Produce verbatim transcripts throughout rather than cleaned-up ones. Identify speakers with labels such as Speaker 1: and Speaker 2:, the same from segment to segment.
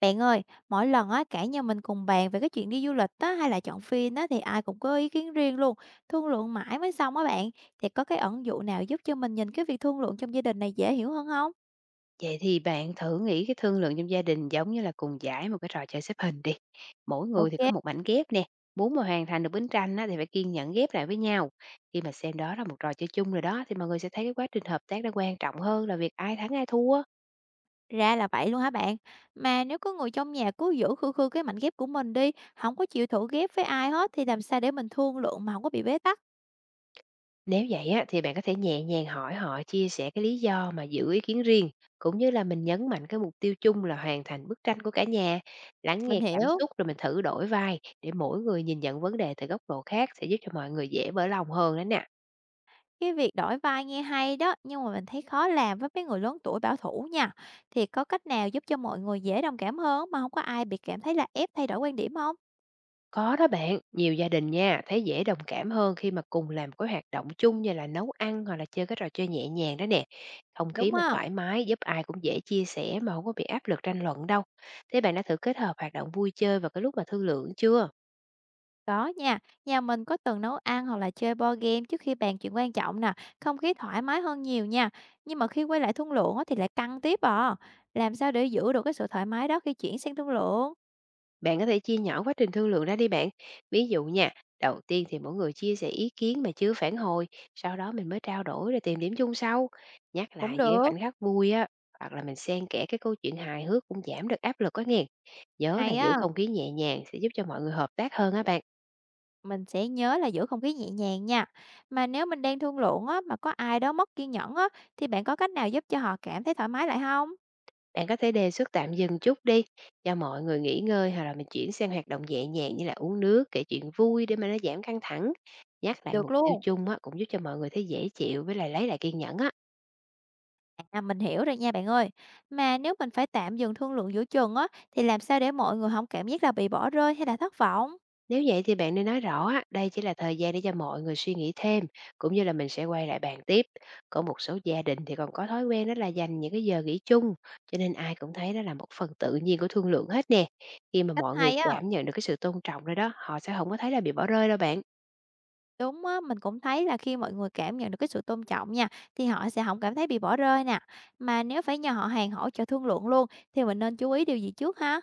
Speaker 1: Bạn ơi, mỗi lần á cả nhà mình cùng bàn về cái chuyện đi du lịch á hay là chọn phim á thì ai cũng có ý kiến riêng luôn, thương lượng mãi mới xong á bạn. Thì có cái ẩn dụ nào giúp cho mình nhìn cái việc thương lượng trong gia đình này dễ hiểu hơn không?
Speaker 2: Vậy thì bạn thử nghĩ cái thương lượng trong gia đình giống như là cùng giải một cái trò chơi xếp hình đi. Mỗi người
Speaker 1: Ok,
Speaker 2: thì có một mảnh ghép nè. Muốn mà hoàn thành được bức tranh á, thì phải kiên nhẫn ghép lại với nhau. Khi mà xem đó là một trò chơi chung rồi đó thì mọi người sẽ thấy cái quá trình hợp tác nó quan trọng hơn là việc ai thắng ai thua.
Speaker 1: ra là vậy luôn hả bạn. Mà nếu có người trong nhà cứ giữ khư khư cái mảnh ghép của mình đi, không có chịu thử ghép với ai hết thì làm sao để mình thương lượng mà không có bị bế tắc?
Speaker 2: Nếu vậy á, thì bạn có thể nhẹ nhàng hỏi họ chia sẻ cái lý do mà giữ ý kiến riêng, cũng như là mình nhấn mạnh cái mục tiêu chung là hoàn thành bức tranh của cả nhà. Lắng
Speaker 1: Mình
Speaker 2: nghe cảm
Speaker 1: hiểu.
Speaker 2: xúc rồi mình thử đổi vai để mỗi người nhìn nhận vấn đề từ góc độ khác sẽ giúp cho mọi người dễ mở lòng hơn đấy nè.
Speaker 1: Cái việc đổi vai nghe hay đó, nhưng mà mình thấy khó làm với mấy người lớn tuổi bảo thủ nha. Thì có cách nào giúp cho mọi người dễ đồng cảm hơn mà không có ai bị cảm thấy là ép thay đổi quan điểm không?
Speaker 2: Có đó bạn, nhiều gia đình nha, thấy dễ đồng cảm hơn khi mà cùng làm cái hoạt động chung như là nấu ăn hoặc là chơi cái trò chơi nhẹ nhàng đó nè. Không khí
Speaker 1: Đúng
Speaker 2: mà
Speaker 1: á,
Speaker 2: thoải mái giúp ai cũng dễ chia sẻ mà không có bị áp lực tranh luận đâu. Thế bạn đã thử kết hợp hoạt động vui chơi vào cái lúc mà thương lượng chưa?
Speaker 1: có nha. Nhà mình có từng nấu ăn hoặc là chơi board game trước khi bàn chuyện quan trọng nè, không khí thoải mái hơn nhiều nha. Nhưng mà khi quay lại thương lượng á thì lại căng tiếp à. Làm sao để giữ được cái sự thoải mái đó khi chuyển sang thương lượng?
Speaker 2: Bạn có thể chia nhỏ quá trình thương lượng ra đi bạn. Ví dụ nha, đầu tiên thì mỗi người chia sẻ ý kiến mà chưa phản hồi, sau đó mình mới trao đổi rồi tìm điểm chung sau. Nhắc
Speaker 1: Cũng
Speaker 2: lại những cái
Speaker 1: được,
Speaker 2: khoảnh khắc vui á, hoặc là mình xen kẽ cái câu chuyện hài hước cũng giảm được áp lực á nghe. Nhớ là
Speaker 1: hay
Speaker 2: giữ
Speaker 1: á.
Speaker 2: không khí nhẹ nhàng sẽ giúp cho mọi người hợp tác hơn á bạn.
Speaker 1: Mình sẽ nhớ là giữ không khí nhẹ nhàng nha. Mà nếu mình đang thương lượng á, mà có ai đó mất kiên nhẫn á, thì bạn có cách nào giúp cho họ cảm thấy thoải mái lại không?
Speaker 2: Bạn có thể đề xuất tạm dừng chút đi, cho mọi người nghỉ ngơi hoặc là mình chuyển sang hoạt động nhẹ nhàng như là uống nước, kể chuyện vui để mà nó giảm căng thẳng. Nhắc lại
Speaker 1: Được
Speaker 2: mục tiêu
Speaker 1: luôn.
Speaker 2: chung á, cũng giúp cho mọi người thấy dễ chịu với lại lấy lại kiên nhẫn á.
Speaker 1: À, mình hiểu rồi nha bạn ơi. Mà nếu mình phải tạm dừng thương lượng giữa chừng á, thì làm sao để mọi người không cảm giác là bị bỏ rơi hay là thất vọng?
Speaker 2: Nếu vậy thì bạn nên nói rõ á, đây chỉ là thời gian để cho mọi người suy nghĩ thêm, cũng như là mình sẽ quay lại bàn tiếp. Có một số gia đình thì còn có thói quen đó là dành những cái giờ nghỉ chung, cho nên ai cũng thấy đó là một phần tự nhiên của thương lượng hết nè. Khi mà
Speaker 1: Cách
Speaker 2: mọi người
Speaker 1: hay á.
Speaker 2: cảm nhận được cái sự tôn trọng rồi đó, họ sẽ không có thấy là bị bỏ rơi đâu bạn.
Speaker 1: Đúng á, mình cũng thấy là khi mọi người cảm nhận được cái sự tôn trọng nha, thì họ sẽ không cảm thấy bị bỏ rơi nè. Mà nếu phải nhờ họ hàng hỗ trợ thương lượng luôn, thì mình nên chú ý điều gì trước ha?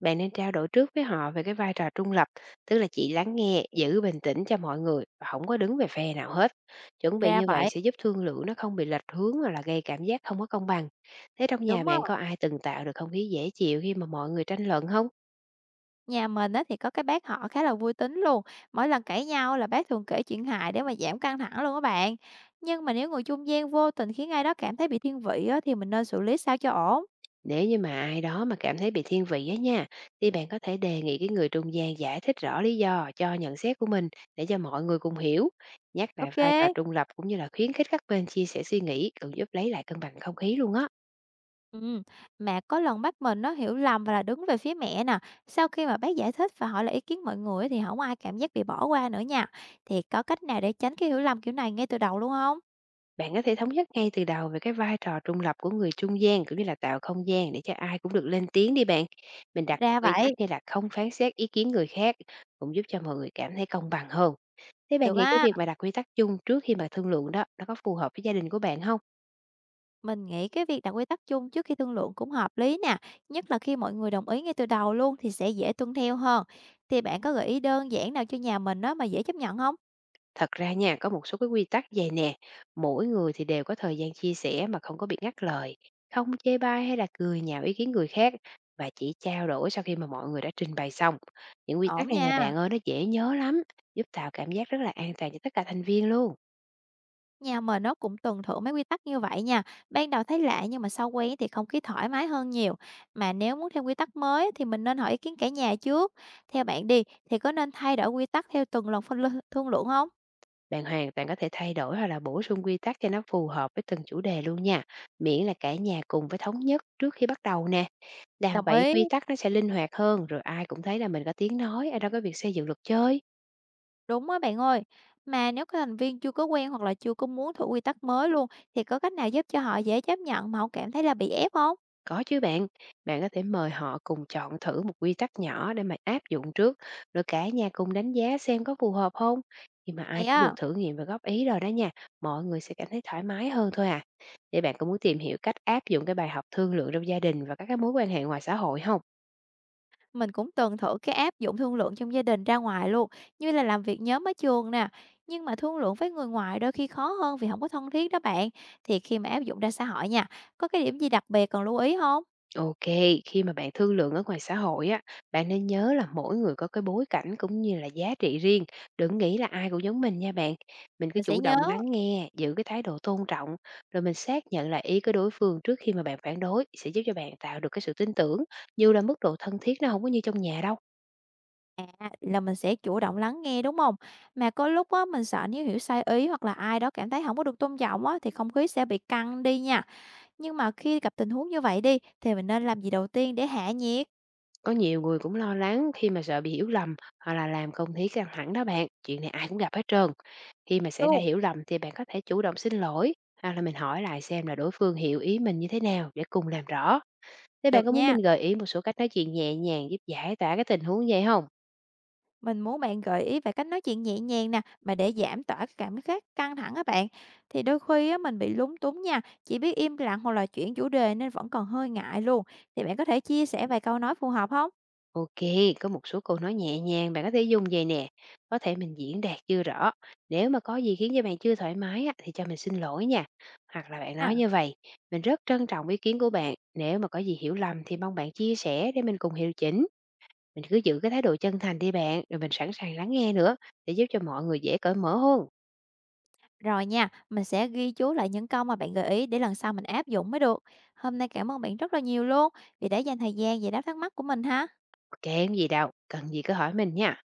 Speaker 2: Bạn nên trao đổi trước với họ về cái vai trò trung lập, tức là chỉ lắng nghe, giữ bình tĩnh cho mọi người và không có đứng về phe nào hết. Chuẩn bị
Speaker 1: Ra
Speaker 2: như vậy
Speaker 1: vậy,
Speaker 2: sẽ giúp thương lượng nó không bị lệch hướng hoặc là gây cảm giác không có công bằng. Thế trong nhà
Speaker 1: đúng á.
Speaker 2: bạn có ai từng tạo được không khí dễ chịu khi mà mọi người tranh luận không?
Speaker 1: Nhà mình á thì có cái bác họ khá là vui tính luôn. Mỗi lần cãi nhau là bác thường kể chuyện hài để mà giảm căng thẳng luôn các bạn. Nhưng mà nếu người trung gian vô tình khiến ai đó cảm thấy bị thiên vị á, thì mình nên xử lý sao cho ổn.
Speaker 2: Nếu như mà ai đó mà cảm thấy bị thiên vị á nha, thì bạn có thể đề nghị cái người trung gian giải thích rõ lý do cho nhận xét của mình để cho mọi người cùng hiểu. Nhắc lại vai trò
Speaker 1: Ok.
Speaker 2: trung lập cũng như là khuyến khích các bên chia sẻ suy nghĩ cũng giúp lấy lại cân bằng không khí luôn á.
Speaker 1: Ừ. Mà có lần bác mình nó hiểu lầm và là đứng về phía mẹ nè. Sau khi mà bác giải thích và hỏi lại ý kiến mọi người á, thì không ai cảm giác bị bỏ qua nữa nha. Thì có cách nào để tránh cái hiểu lầm kiểu này ngay từ đầu luôn không?
Speaker 2: Bạn có thể thống nhất ngay từ đầu về cái vai trò trung lập của người trung gian, cũng như là tạo không gian để cho ai cũng được lên tiếng đi bạn. Mình đặt ra
Speaker 1: Ra
Speaker 2: quy tắc
Speaker 1: vậy.
Speaker 2: như là không phán xét ý kiến người khác cũng giúp cho mọi người cảm thấy công bằng hơn. Thế bạn
Speaker 1: Được
Speaker 2: nghĩ cái
Speaker 1: á.
Speaker 2: việc mà đặt quy tắc chung trước khi mà thương lượng đó nó có phù hợp với gia đình của bạn không?
Speaker 1: Mình nghĩ cái việc đặt quy tắc chung trước khi thương lượng cũng hợp lý nè, nhất là khi mọi người đồng ý ngay từ đầu luôn thì sẽ dễ tuân theo hơn. Thì bạn có gợi ý đơn giản nào cho nhà mình đó mà dễ chấp nhận không?
Speaker 2: Thật ra nha, có một số cái quy tắc vầy nè: mỗi người thì đều có thời gian chia sẻ mà không có bị ngắt lời, không chê bai hay là cười nhạo ý kiến người khác, và chỉ trao đổi sau khi mà mọi người đã trình bày xong. Những quy
Speaker 1: Ổn
Speaker 2: tắc này nè
Speaker 1: nha.
Speaker 2: bạn ơi, nó dễ nhớ lắm, giúp tạo cảm giác rất là an toàn cho tất cả thành viên luôn.
Speaker 1: Nhà mình nó cũng tuần thử mấy quy tắc như vậy nha. Ban đầu thấy lạ nhưng mà sau quen thì không khí thoải mái hơn nhiều. Mà nếu muốn thêm quy tắc mới á, thì mình nên hỏi ý kiến cả nhà trước. Theo bạn đi thì có nên thay đổi quy tắc theo từng lần phân lư- thương lượng không?
Speaker 2: Bạn hoàn toàn có thể thay đổi hoặc là bổ sung quy tắc cho nó phù hợp với từng chủ đề luôn nha, miễn là cả nhà cùng với thống nhất trước khi bắt đầu nè. Làm
Speaker 1: Đồng
Speaker 2: vậy
Speaker 1: ý.
Speaker 2: quy tắc nó sẽ linh hoạt hơn, rồi ai cũng thấy là mình có tiếng nói ở trong cái việc xây dựng luật chơi.
Speaker 1: Đúng á bạn ơi. Mà nếu các thành viên chưa có quen hoặc là chưa có muốn thử quy tắc mới luôn thì có cách nào giúp cho họ dễ chấp nhận mà không cảm thấy là bị ép không?
Speaker 2: Có chứ bạn, bạn có thể mời họ cùng chọn thử một quy tắc nhỏ để mà áp dụng trước, rồi cả nhà cùng đánh giá xem có phù hợp không. Khi mà ai
Speaker 1: Hay
Speaker 2: cũng được
Speaker 1: á,
Speaker 2: thử nghiệm và góp ý rồi đó nha, mọi người sẽ cảm thấy thoải mái hơn thôi à. Để bạn có muốn tìm hiểu cách áp dụng cái bài học thương lượng trong gia đình và các cái mối quan hệ ngoài xã hội không?
Speaker 1: mình cũng từng thử cái áp dụng thương lượng trong gia đình ra ngoài luôn, như là làm việc nhóm ở trường nè, nhưng mà thương lượng với người ngoài đôi khi khó hơn vì không có thân thiết đó bạn. Thì khi mà áp dụng ra xã hội nha, có cái điểm gì đặc biệt cần lưu ý không?
Speaker 2: OK, khi mà bạn thương lượng ở ngoài xã hội á, bạn nên nhớ là mỗi người có cái bối cảnh cũng như là giá trị riêng, đừng nghĩ là ai cũng giống mình nha bạn. Mình cứ
Speaker 1: Mình sẽ
Speaker 2: chủ
Speaker 1: nhớ
Speaker 2: động lắng nghe, giữ cái thái độ tôn trọng, rồi mình xác nhận lại ý của đối phương trước khi mà bạn phản đối sẽ giúp cho bạn tạo được cái sự tin tưởng, dù là mức độ thân thiết nó không có như trong nhà đâu.
Speaker 1: là mình sẽ chủ động lắng nghe, đúng không? Mà có lúc á, mình sợ nếu hiểu sai ý hoặc là ai đó cảm thấy không có được tôn trọng á, thì không khí sẽ bị căng đi nha. Nhưng mà khi gặp tình huống như vậy đi, thì mình nên làm gì đầu tiên để hạ nhiệt
Speaker 2: Có nhiều người cũng lo lắng khi mà sợ bị hiểu lầm hoặc là làm không khí căng thẳng đó bạn. Chuyện này ai cũng gặp hết trơn. Khi mà xảy ra
Speaker 1: luôn?
Speaker 2: hiểu lầm thì bạn có thể chủ động xin lỗi hoặc là mình hỏi lại xem là đối phương hiểu ý mình như thế nào để cùng làm rõ. Thế
Speaker 1: Được
Speaker 2: bạn có muốn
Speaker 1: nha.
Speaker 2: mình gợi ý một số cách nói chuyện nhẹ nhàng giúp giải tỏa cái tình huống vậy không?
Speaker 1: Mình muốn bạn gợi ý về cách nói chuyện nhẹ nhàng nè, mà để giảm tỏa cái cảm giác căng thẳng các bạn. Thì đôi khi á, mình bị lúng túng nha, chỉ biết im lặng hoặc là chuyển chủ đề nên vẫn còn hơi ngại luôn. Thì bạn có thể chia sẻ vài câu nói phù hợp không?
Speaker 2: Ok, có một số câu nói nhẹ nhàng bạn có thể dùng vậy nè. Có thể mình diễn đạt chưa rõ. Nếu mà có gì khiến cho bạn chưa thoải mái á, thì cho mình xin lỗi nha. Hoặc là bạn
Speaker 1: À,
Speaker 2: nói như vậy, mình rất trân trọng ý kiến của bạn. Nếu mà có gì hiểu lầm thì mong bạn chia sẻ để mình cùng hiệu chỉnh. Mình cứ giữ cái thái độ chân thành đi bạn, rồi mình sẵn sàng lắng nghe nữa để giúp cho mọi người dễ cởi mở hơn.
Speaker 1: rồi nha, mình sẽ ghi chú lại những câu mà bạn gợi ý để lần sau mình áp dụng mới được. Hôm nay cảm ơn bạn rất là nhiều luôn vì đã dành thời gian giải đáp thắc mắc của mình ha.
Speaker 2: Ok, không gì đâu, cần gì cứ hỏi mình nha.